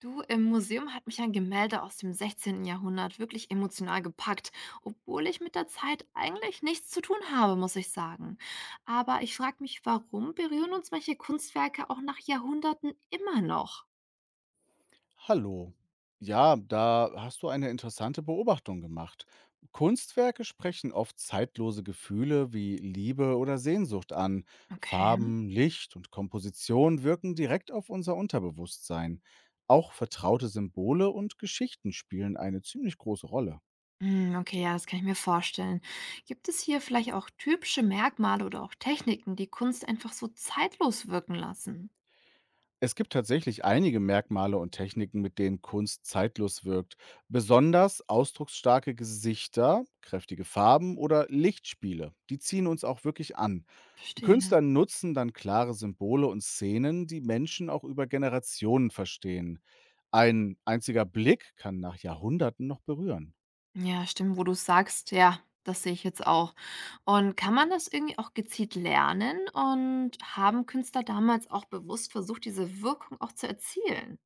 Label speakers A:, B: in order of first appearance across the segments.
A: Du, im Museum hat mich ein Gemälde aus dem sechzehnten Jahrhundert wirklich emotional gepackt, obwohl ich mit der Zeit eigentlich nichts zu tun habe, muss ich sagen. Aber ich frage mich, warum berühren uns manche Kunstwerke auch nach Jahrhunderten immer noch?
B: Hallo. Ja, da hast du eine interessante Beobachtung gemacht. Kunstwerke sprechen oft zeitlose Gefühle wie Liebe oder Sehnsucht an.
A: Okay.
B: Farben, Licht und Komposition wirken direkt auf unser Unterbewusstsein. Auch vertraute Symbole und Geschichten spielen eine ziemlich große Rolle.
A: Hm, okay, ja, das kann ich mir vorstellen. Gibt es hier vielleicht auch typische Merkmale oder auch Techniken, die Kunst einfach so zeitlos wirken lassen?
B: Es gibt tatsächlich einige Merkmale und Techniken, mit denen Kunst zeitlos wirkt. Besonders ausdrucksstarke Gesichter, kräftige Farben oder Lichtspiele, die ziehen uns auch wirklich an.
A: Verstehe.
B: Künstler nutzen dann klare Symbole und Szenen, die Menschen auch über Generationen verstehen. Ein einziger Blick kann nach Jahrhunderten noch berühren.
A: Ja, stimmt, wo du sagst, ja, das sehe ich jetzt auch. Und kann man das irgendwie auch gezielt lernen? Und haben Künstler damals auch bewusst versucht, diese Wirkung auch zu erzielen?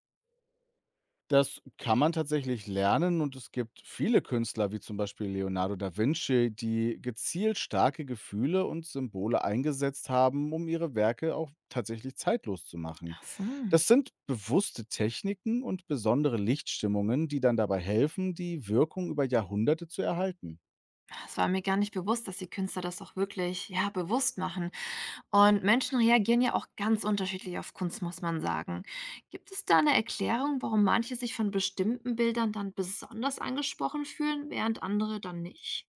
B: Das kann man tatsächlich lernen und es gibt viele Künstler, wie zum Beispiel Leonardo da Vinci, die gezielt starke Gefühle und Symbole eingesetzt haben, um ihre Werke auch tatsächlich zeitlos zu machen.
A: Ach so.
B: Das sind bewusste Techniken und besondere Lichtstimmungen, die dann dabei helfen, die Wirkung über Jahrhunderte zu erhalten.
A: Das war mir gar nicht bewusst, dass die Künstler das auch wirklich, ja, bewusst machen. Und Menschen reagieren ja auch ganz unterschiedlich auf Kunst, muss man sagen. Gibt es da eine Erklärung, warum manche sich von bestimmten Bildern dann besonders angesprochen fühlen, während andere dann nicht?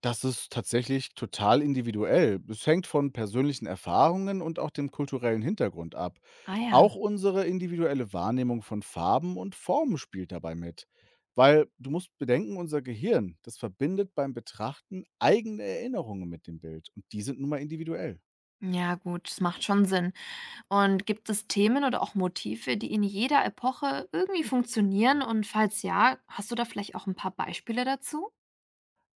B: Das ist tatsächlich total individuell. Es hängt von persönlichen Erfahrungen und auch dem kulturellen Hintergrund ab.
A: Ah ja.
B: Auch unsere individuelle Wahrnehmung von Farben und Formen spielt dabei mit. Weil du musst bedenken, unser Gehirn, das verbindet beim Betrachten eigene Erinnerungen mit dem Bild und die sind nun mal individuell.
A: Ja, gut, das macht schon Sinn. Und gibt es Themen oder auch Motive, die in jeder Epoche irgendwie funktionieren? Und falls ja, hast du da vielleicht auch ein paar Beispiele dazu?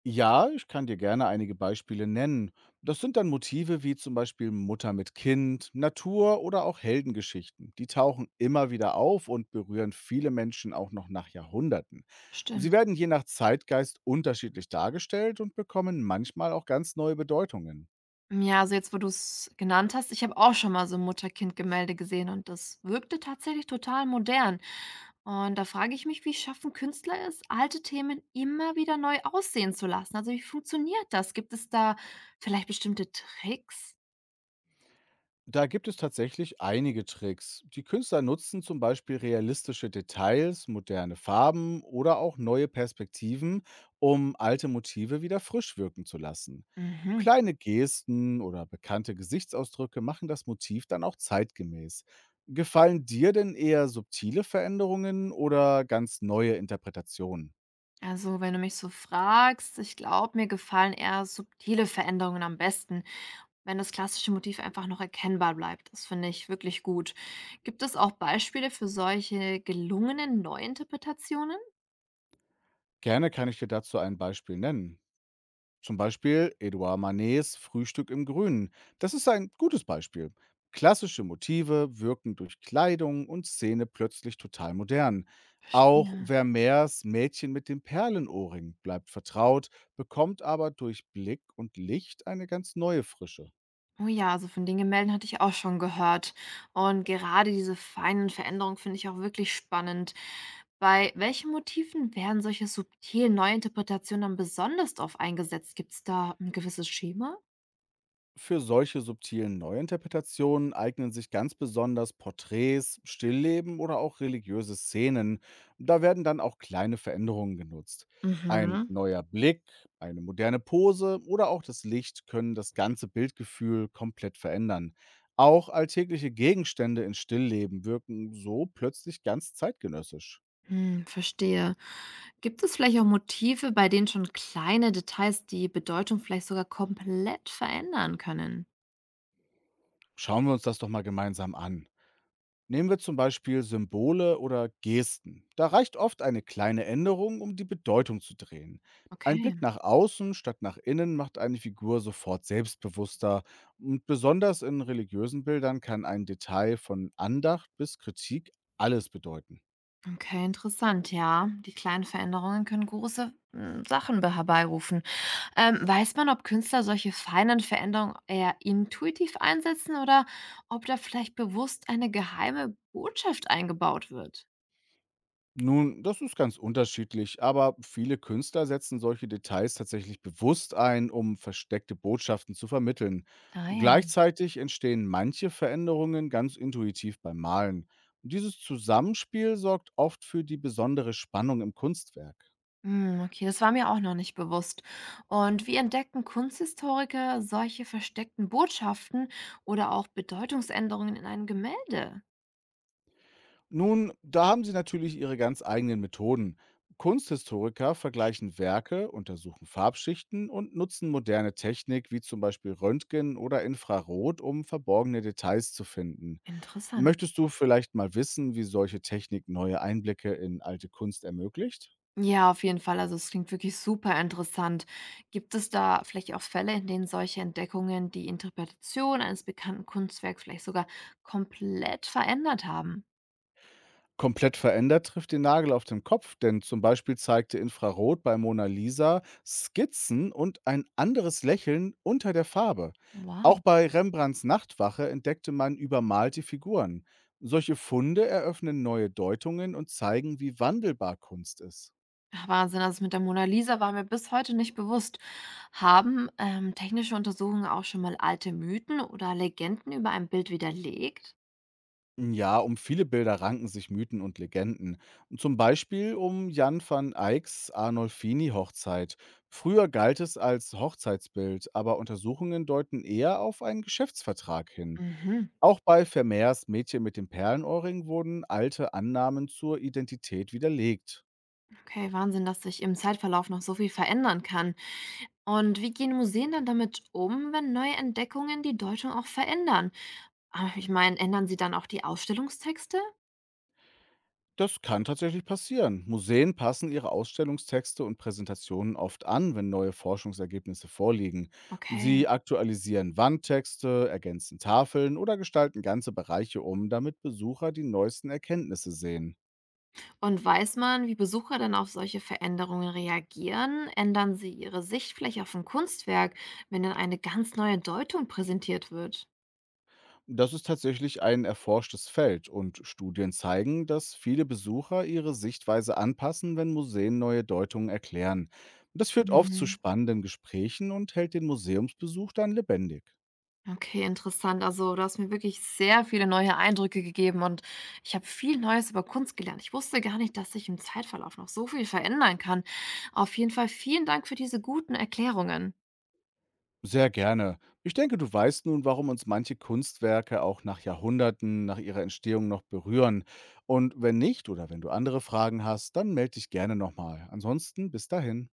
B: Ja, ich kann dir gerne einige Beispiele nennen. Das sind dann Motive wie zum Beispiel Mutter mit Kind, Natur oder auch Heldengeschichten. Die tauchen immer wieder auf und berühren viele Menschen auch noch nach Jahrhunderten. Sie
A: Stimmt.
B: werden je nach Zeitgeist unterschiedlich dargestellt und bekommen manchmal auch ganz neue Bedeutungen.
A: Ja, also jetzt, wo du es genannt hast, ich habe auch schon mal so ein Mutter-Kind-Gemälde gesehen und das wirkte tatsächlich total modern. Und da frage ich mich, wie schaffen Künstler es, alte Themen immer wieder neu aussehen zu lassen? Also wie funktioniert das? Gibt es da vielleicht bestimmte Tricks?
B: Da gibt es tatsächlich einige Tricks. Die Künstler nutzen zum Beispiel realistische Details, moderne Farben oder auch neue Perspektiven, um alte Motive wieder frisch wirken zu lassen.
A: Mhm.
B: Kleine Gesten oder bekannte Gesichtsausdrücke machen das Motiv dann auch zeitgemäß. Gefallen dir denn eher subtile Veränderungen oder ganz neue Interpretationen?
A: Also, wenn du mich so fragst, ich glaube, mir gefallen eher subtile Veränderungen am besten, wenn das klassische Motiv einfach noch erkennbar bleibt. Das finde ich wirklich gut. Gibt es auch Beispiele für solche gelungenen Neuinterpretationen?
B: Gerne kann ich dir dazu ein Beispiel nennen. Zum Beispiel Edouard Manets Frühstück im Grünen. Das ist ein gutes Beispiel. Klassische Motive wirken durch Kleidung und Szene plötzlich total modern. Auch
A: Verstehe.
B: Vermeers Mädchen mit dem Perlenohrring bleibt vertraut, bekommt aber durch Blick und Licht eine ganz neue Frische.
A: Oh ja, also von den Gemälden hatte ich auch schon gehört. Und gerade diese feinen Veränderungen finde ich auch wirklich spannend. Bei welchen Motiven werden solche subtilen Neuinterpretationen dann besonders oft eingesetzt? Gibt es da ein gewisses Schema?
B: Für solche subtilen Neuinterpretationen eignen sich ganz besonders Porträts, Stillleben oder auch religiöse Szenen. Da werden dann auch kleine Veränderungen genutzt. Ein
A: Mhm.
B: neuer Blick, eine moderne Pose oder auch das Licht können das ganze Bildgefühl komplett verändern. Auch alltägliche Gegenstände in Stillleben wirken so plötzlich ganz zeitgenössisch.
A: Hm, verstehe. Gibt es vielleicht auch Motive, bei denen schon kleine Details die Bedeutung vielleicht sogar komplett verändern können?
B: Schauen wir uns das doch mal gemeinsam an. Nehmen wir zum Beispiel Symbole oder Gesten. Da reicht oft eine kleine Änderung, um die Bedeutung zu drehen. Ein
A: Okay,
B: Blick nach außen statt nach innen macht eine Figur sofort selbstbewusster. Und besonders in religiösen Bildern kann ein Detail von Andacht bis Kritik alles bedeuten.
A: okay, interessant, ja. Die kleinen Veränderungen können große Sachen herbeirufen. Weiß man, ob Künstler solche feinen Veränderungen eher intuitiv einsetzen oder ob da vielleicht bewusst eine geheime Botschaft eingebaut wird?
B: Nun, das ist ganz unterschiedlich, aber viele Künstler setzen solche Details tatsächlich bewusst ein, um versteckte Botschaften zu vermitteln.
A: Ah ja.
B: Gleichzeitig entstehen manche Veränderungen ganz intuitiv beim Malen. Dieses Zusammenspiel sorgt oft für die besondere Spannung im Kunstwerk.
A: Hm, okay, das war mir auch noch nicht bewusst. Und wie entdecken Kunsthistoriker solche versteckten Botschaften oder auch Bedeutungsänderungen in einem Gemälde?
B: Nun, da haben sie natürlich ihre ganz eigenen Methoden. Kunsthistoriker vergleichen Werke, untersuchen Farbschichten und nutzen moderne Technik wie zum Beispiel Röntgen oder Infrarot, um verborgene Details zu finden.
A: Interessant.
B: Möchtest du vielleicht mal wissen, wie solche Technik neue Einblicke in alte Kunst ermöglicht?
A: Ja, auf jeden Fall. Also es klingt wirklich super interessant. Gibt es da vielleicht auch Fälle, in denen solche Entdeckungen die Interpretation eines bekannten Kunstwerks vielleicht sogar komplett verändert haben?
B: Komplett verändert trifft den Nagel auf den Kopf, denn zum Beispiel zeigte Infrarot bei Mona Lisa Skizzen und ein anderes Lächeln unter der Farbe. Auch
A: Wow.
B: bei Rembrandts Nachtwache entdeckte man übermalte Figuren. Solche Funde eröffnen neue Deutungen und zeigen, wie wandelbar Kunst ist.
A: Ja, Wahnsinn, also, das mit der Mona Lisa war mir bis heute nicht bewusst. Haben, technische Untersuchungen auch schon mal alte Mythen oder Legenden über ein Bild widerlegt?
B: Ja, um viele Bilder ranken sich Mythen und Legenden. Zum Beispiel um Jan van Eycks Arnolfini-Hochzeit. Früher galt es als Hochzeitsbild, aber Untersuchungen deuten eher auf einen Geschäftsvertrag hin.
A: Mhm.
B: Auch bei Vermeers Mädchen mit dem Perlenohrring wurden alte Annahmen zur Identität widerlegt.
A: Okay, Wahnsinn, dass sich im Zeitverlauf noch so viel verändern kann. Und wie gehen Museen dann damit um, wenn neue Entdeckungen die Deutung auch verändern? Ah, ich meine, ändern sie dann auch die Ausstellungstexte?
B: Das kann tatsächlich passieren. Museen passen ihre Ausstellungstexte und Präsentationen oft an, wenn neue Forschungsergebnisse vorliegen.
A: Okay.
B: Sie aktualisieren Wandtexte, ergänzen Tafeln oder gestalten ganze Bereiche um, damit Besucher die neuesten Erkenntnisse sehen.
A: Und weiß man, wie Besucher dann auf solche Veränderungen reagieren? Ändern sie ihre Sichtfläche auf ein Kunstwerk, wenn dann eine ganz neue Deutung präsentiert wird?
B: Das ist tatsächlich ein erforschtes Feld und Studien zeigen, dass viele Besucher ihre Sichtweise anpassen, wenn Museen neue Deutungen erklären. Das führt oft zu
A: Mhm.
B: spannenden Gesprächen und hält den Museumsbesuch dann lebendig.
A: Okay, interessant. Also, du hast mir wirklich sehr viele neue Eindrücke gegeben und ich habe viel Neues über Kunst gelernt. Ich wusste gar nicht, dass sich im Zeitverlauf noch so viel verändern kann. Auf jeden Fall vielen Dank für diese guten Erklärungen.
B: Sehr gerne. Ich denke, du weißt nun, warum uns manche Kunstwerke auch nach Jahrhunderten, nach ihrer Entstehung noch berühren. Und wenn nicht oder wenn du andere Fragen hast, dann melde dich gerne nochmal. Ansonsten bis dahin.